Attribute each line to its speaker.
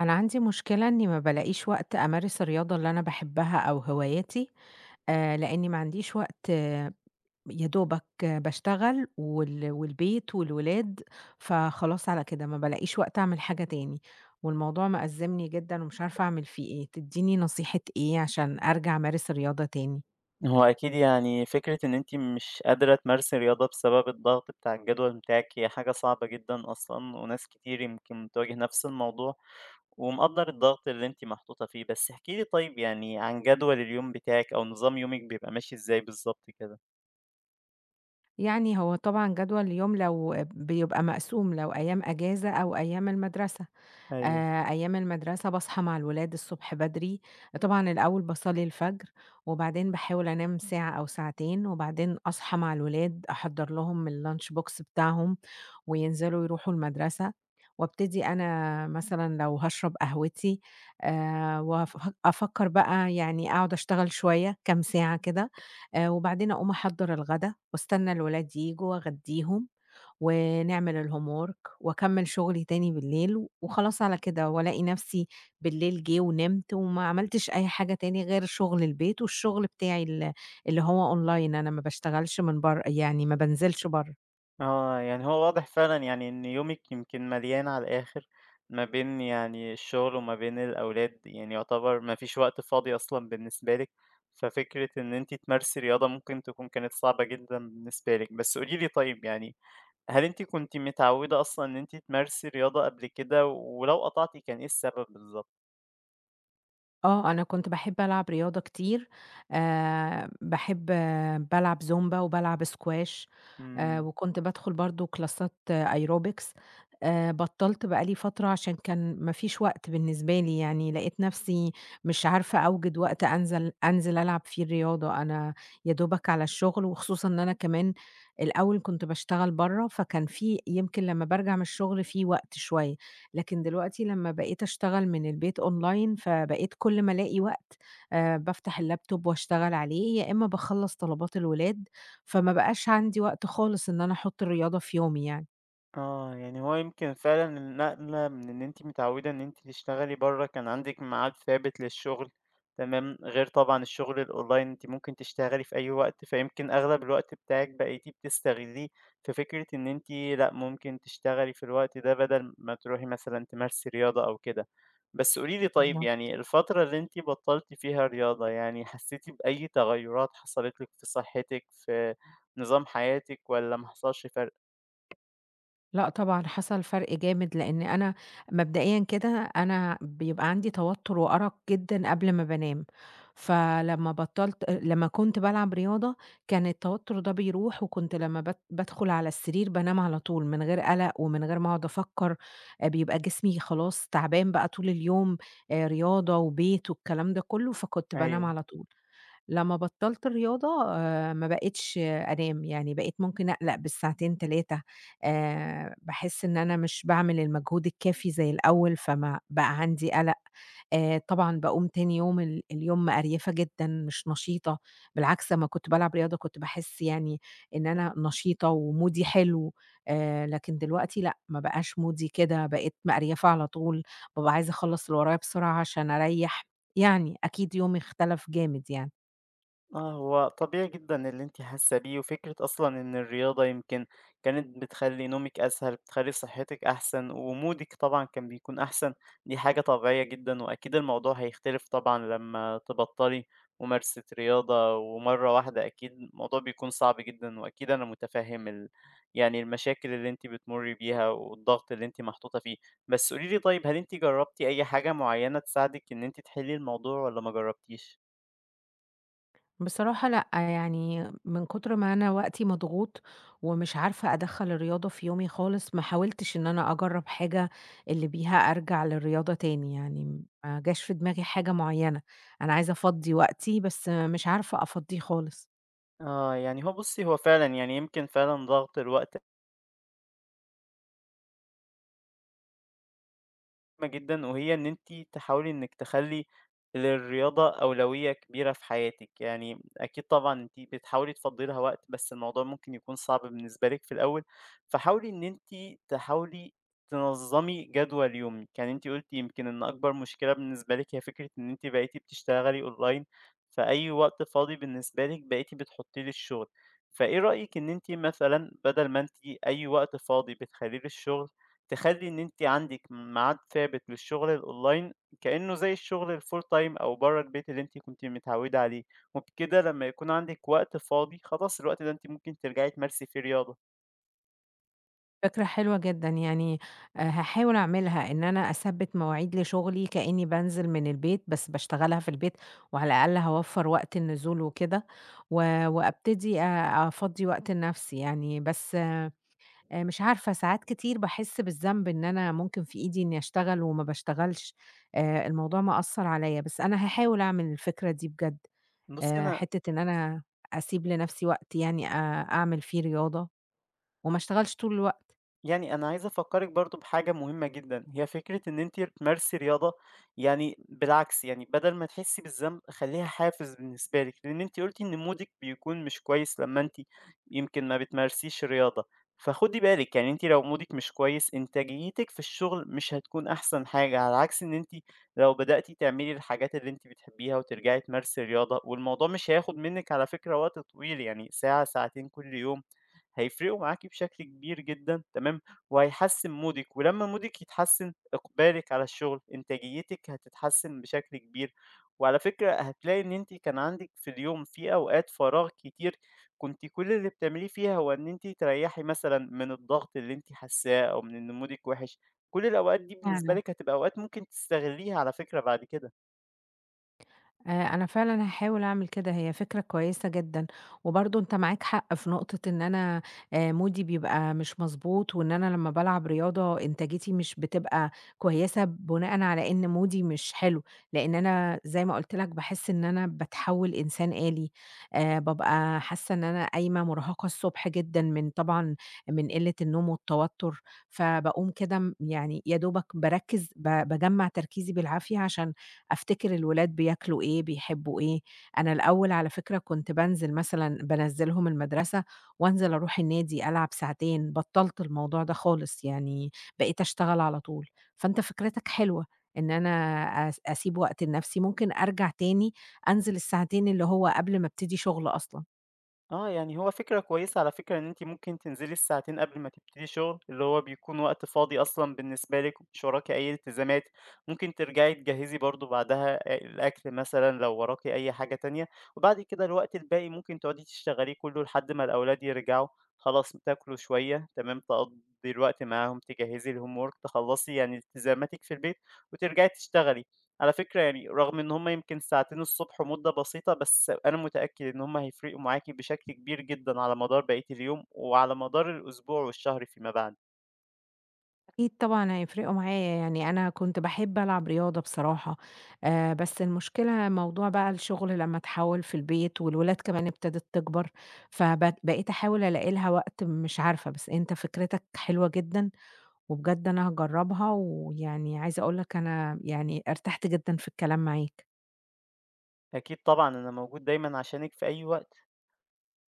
Speaker 1: أنا عندي مشكلة إني ما بالاقيش وقت أمارس الرياضة اللي أنا باحبها أو هواياتي، لإني ما عنديش وقت يا دوبك باشتغل والبيت والولاد، فخلاص على كده ما بالاقيش وقت أعمل حاجة تاني، والموضوع مأزّمني جدًا ومش عارفة أعمل فيه إيه، تدّيني نصيحة إيه عشان أرجع أمارس الرياضة تاني؟
Speaker 2: هو أكيد يعني فكرة إن أنتِ مش قادرة تمارسي رياضة بسبب الضغط بتاع الجدول بتاعِك هي حاجة صعبة جدًا أصلًا، وناس كتير يمكن بتواجه نفس الموضوع، ومقدّر الضغط اللي أنتِ محطوطة فيه، بس احكي لي طيب يعني عن جدول اليوم بتاعِك أو نظام يومِك بيبقى ماشي إزاي بالضبط كده؟
Speaker 1: يعني هو طبعًا جدول اليوم لو بيبقى مقسوم لو أيام أجازة أو أيام المدرسة.
Speaker 2: أيوه.
Speaker 1: أيام المدرسة باصحى مع الولاد الصبح بدري، طبعًا الأول باصلّي الفجر، وبعدين باحاول أنام ساعة أو ساعتين، وبعدين أصحى مع الولاد أحضّر لهم الlunch box بتاعهم، وينزلوا يروحوا المدرسة، وابتدي أنا مثلًا لو هاشرب قهوتي وأف أفكّر بقى يعني أقعد أشتغل شوية كام ساعة كده، وبعدين أقوم أحضّر الغدا، واستنى الولاد ييجوا وأغدّيهم. ونعمل الhomework وأكمّل شغلي تاني بالليل، وخلاص على كده، وألاقي نفسي بالليل جِه ونمت وما عملتش أي حاجة تاني غير شغل البيت والشغل بتاعي اللي هو online أنا ما باشتغلش من برّه، يعني ما بانزلش برّه.
Speaker 2: آه، يعني هو واضح فعلًا يعني إن يومِك يمكن مليان على الآخر، ما بين يعني الشغل وما بين الأولاد، يعني يعتبر ما فيش وقت فاضي أصلًا بالنسبة لِك، ففكرة إن أنتِ تمارسي رياضة ممكن تكون كانت صعبة جدًا بالنسبة لِك. بس قولي لي طيب يعني هل أنتِ كنتِ متعودة أصلًا إن أنتِ تمارسي رياضة قبل كده، ولو قطعتِ كان إيه السبب بالضبط؟
Speaker 1: آه، أنا كنت باحب ألعب رياضة كتير، باحب بالعب زومبا وبالعب squash
Speaker 2: إمم.
Speaker 1: وكنت بادخل برضه كلاسات aerobics بطّلت بقى لي فترة عشان كان ما فيش وقت بالنسبة لي، يعني لقيت نفسي مش عارفة أوجد وقت أنزل ألعب فيه الرياضة، أنا يا دوبك على الشغل وخصوصًا إن أنا كمان الأول كنت باشتغل برّه، فكان في يمكن لمّا بارجع من الشغل في وقت شوية. لكن دلوقتي لمّا بقيت أشتغل من البيت أونلاين، فبقيت كل ما ألاقي وقت بافتح اللابتوب وأشتغل عليه، يا إمّا باخلّص طلبات الولاد، فما بقاش عندي وقت خالص إن أنا أحُط الرياضة في يومي
Speaker 2: آه، يعني هو يمكن فعلًا النقلة من إن أنتِ متعودة إن أنتِ تشتغلي برّه، كان عندِك ميعاد ثابت للشغل، تمام، غير طبعًا الشغل الOnline أنتِ ممكن تشتغلي في أي وقت، فيمكن أغلب الوقت بتاعِك بقيتِ بتستغليه في فكرة إن أنتِ لأ، ممكن تشتغلي في الوقت ده بدل ما تروحي مثلًا تمارسي رياضة أو كده. بس قولي لي طيب
Speaker 1: يعني.
Speaker 2: يعني الفترة اللي أنتِ بطّلتِ فيها رياضة، يعني حسيتِ بأي تغيُّرات حصلت لِك في صحتِك، في نظام حياتِك والّا ما حصلش فرق؟
Speaker 1: لأ طبعًا حصل فرق جامد، لإن أنا مبدئيًا كده أنا بيبقى عندي توتر وأرق جدًا قبل ما بانام، فلمّا بطّلت لمّا كنت بالعب رياضة كان التوتر ده بيروح، وكنت لمّا بادخل على السرير بانام على طول من غير قلق ومن غير ما أقعد أفكّر، بيبقى جسمي خلاص تعبان بقى طول اليوم، رياضة وبيت والكلام ده كلّه، فكنت بانام
Speaker 2: أيوه.
Speaker 1: على طول. لمّا بطّلت الرياضة ما بقيتش أنام، يعني بقيت ممكن أقلق بالساعتين 3 باحس إن أنا مش باعمل المجهود الكافي زي الأول، فما بقى عندي قلق. طبعًا باقوم تاني يوم اليوم مقريفة جدًا، مش نشيطة، بالعكس أمّا كنت بالعب رياضة كنت باحس يعني إن أنا نشيطة ومودي حلو، لكن دلوقتي لأ، ما بقاش مودي كده، بقيت مقريفة على طول، بابقى عايزة أخلّص اللي ورايا بسرعة عشان أريّح، يعني أكيد يومي اختلف جامد يعني.
Speaker 2: آه، هو طبيعي جدًا اللي أنتِ حاسة بيه، وفكرة أصلًا إن الرياضة يمكن كانت بتخلّي نومِك أسهل، بتخلّي صحتِك أحسن، ومودِك طبعًا كان بيكون أحسن، دي حاجة طبيعية جدًا، وأكيد الموضوع هيختلف طبعًا لمّا تبطّلي ممارسة رياضة ومرّة واحدة، أكيد الموضوع بيكون صعب جدًا، وأكيد أنا متفهم يعني المشاكل اللي أنتِ بتمُرّي بيها والضغط اللي أنتِ محطوطة فيه. بس قولي لي طيب، هل أنتِ جرّبتِ أي حاجة معيّنة تساعدِك إن أنتِ تحلّي الموضوع والّا ما جرّبتيش؟
Speaker 1: بصراحة لأ، يعني من كتر ما أنا وقتي مضغوط ومش عارفة أدخّل الرياضة في يومي خالص، ما حاولتش إن أنا أجرّب حاجة اللي بيها أرجع للرياضة تاني، يعني ما جاش في دماغي حاجة معيّنة، أنا عايزة أفضّي وقتي بس مش عارفة أفضّيه خالص.
Speaker 2: آه، يعني هو بُصّي، هو فعلًا يعني يمكن فعلًا ضغط الوقت مهمة جدًا، وهي إن أنتِ تحاولي إنِّك تخلّي للرياضة أولوية كبيرة في حياتِك، يعني أكيد طبعًا أنتِ بتحاولي تفضّي لها وقت، بس الموضوع ممكن يكون صعب بالنسبة لِك في الأول، فحاولي إن أنتِ تحاولي تنظّمي جدول يومِك، يعني أنتِ قُلتِ يمكن إن أكبر مشكلة بالنسبة لِك هي فكرة إن أنتِ بقيتِ بتشتغلي أونلاين، فأي وقت فاضي بالنسبة لِك بقيتِ بتحطّيه للشغل، فإيه رأيِك إن أنتِ مثلًا بدل ما أنتِ أي وقت فاضي بتخلّيه للشغل تخلّي إن أنتِ عندِك ميعاد ثابت للشغل الأونلاين، كإنه زي الشغل الfull time أو برّه البيت اللي أنتِ كنتِ متعوّدة عليه، وبكده لمّا يكون عندِك وقت فاضي، خلاص الوقت ده أنتِ ممكن ترجعي تمارسي فيه رياضة.
Speaker 1: فكرة حلوة جدًا، يعني هاحاول أعملها إن أنا أثبِّت مواعيد لشغلي كإني بانزل من البيت، بس باشتغلها في البيت، وعلى الأقل هاوفّر وقت النزول وكده، و وأبتدي أفضّي وقت لنفسي يعني، بس مش عارفة ساعات كتير باحس بالذنب إن أنا ممكن في إيدي إني أشتغل وما باشتغلش، الموضوع مأثّر عليَّ، بس أنا هاحاول أعمل الفكرة دي بجد،
Speaker 2: بُصّي،
Speaker 1: حتّة إن أنا أسيب لنفسي وقت يعني أعمل فيه رياضة، وما اشتغلش طول الوقت.
Speaker 2: أنا عايز أفكّرِك برضه بحاجة مهمة جدًا، هي فكرة إن أنتِ تمارسي رياضة، يعني بالعكس، يعني بدل ما تحسّي بالذنب خلّيها حافز بالنسبة لِك، لإن أنتِ قُلتِ إن مودِك بيكون مش كويس لمّا أنتِ يمكن ما بتمارسيش رياضة، فخُدي بالِك، يعني أنتِ لو مودِك مش كويس إنتاجيتِك في الشغل مش هتكون أحسن حاجة، على عكس إن أنتِ لو بدأتِ تعملي الحاجات اللي أنتِ بتحبيها وترجعي تمارسي رياضة، والموضوع مش هياخد منِّك على فكرة وقت طويل، يعني ساعة، ساعتين كل يوم. هيفرقوا معاكِ بشكل كبير جدًا، تمام، وهيحسّن مودِك، ولمّا مودِك يتحسّن إقبالِك على الشغل، إنتاجيتِك هتتحسّن بشكل كبير، وعلى فكرة هتلاقي إن أنتِ كان عندِك في اليوم في أوقات فراغ كتير، كنتِ كل اللي بتعمليه فيها هو إن أنتِ تريّحي مثلًا من الضغط اللي أنتِ حاسّاه أو من إن مودِك وِحِش، كل الأوقات دي بالنسبة
Speaker 1: فعلًا.
Speaker 2: لِك هتبقى أوقات ممكن تستغلّيها على فكرة بعد كده.
Speaker 1: آه، انا فعلا هحاول اعمل كده هي فكرة كويسة جدا وبرضه انت معاك حق في نقطة ان انا مودي بيبقى مش مظبوط وان انا لما بلعب رياضة انتاجيتي مش بتبقى كويسة بناء على ان مودي مش حلو لان انا زي ما قلت لك بحس ان انا بتحول انسان آلي ببقى حاسة ان انا قايمة مرهقة الصبح جدا طبعا من قلة النوم والتوتر فبقوم كده يعني يا دوبك بركز بجمع تركيزي بالعافية عشان أفتكر الولاد بياكلوا إيه، بيحبوا إيه. أنا الأول على فكرة كنت مثلًا بانزّلهم المدرسة وانزل أروح النادي ألعب ساعتين، بطّلت الموضوع ده خالص، يعني بقيت أشتغل على طول. فأنت فكرتك حلوة، إن أنا أسيب وقت لنفسي، ممكن أرجع تاني أنزل الساعتين اللي هو قبل ما أبتدي شغل أصلًا.
Speaker 2: آه، يعني هو فكرة كويسة على فكرة إن أنتِ ممكن تنزلي الساعتين قبل ما تبتدي شغل، اللي هو بيكون وقت فاضي أصلًا بالنسبة لِك ومش وراكِ أي التزامات، ممكن ترجعي تجهّزي برضه بعدها الأكل مثلًا لو وراكِ أي حاجة تانية، وبعد كده الوقت الباقي ممكن تقعدي تشتغليه كله لحد ما الأولاد يرجعوا، خلاص تاكلوا شوية، تمام، تقضّي الوقت معاهم، تجهّزي الhomework، تخلّصي يعني التزاماتِك في البيت وترجعي تشتغلي. على فكرة يعني رغم إن هُم يمكن ساعتين الصبح مدة بسيطة، بس أنا متأكد إن هُم هيفرقوا معاكِ بشكل كبير جدًا على مدار بقية اليوم، وعلى مدار الأسبوع والشهر فيما بعد.
Speaker 1: أكيد طبعًا هيفرقوا معايا، يعني أنا كنت باحب ألعب رياضة بصراحة، بس المشكلة موضوع بقى الشغل لمّا اتحوّل في البيت والولاد كمان ابتدت تكبر، بقيت أحاول ألاقي لها وقت مش عارفة، بس أنت فكرتك حلوة جدًا، وبجد أنا هاجرّبها، ويعني عايزة أقول لك أنا يعني ارتحت جدًا في الكلام معاك.
Speaker 2: أكيد طبعًا أنا موجود دايمًا عشانِك في أي وقت.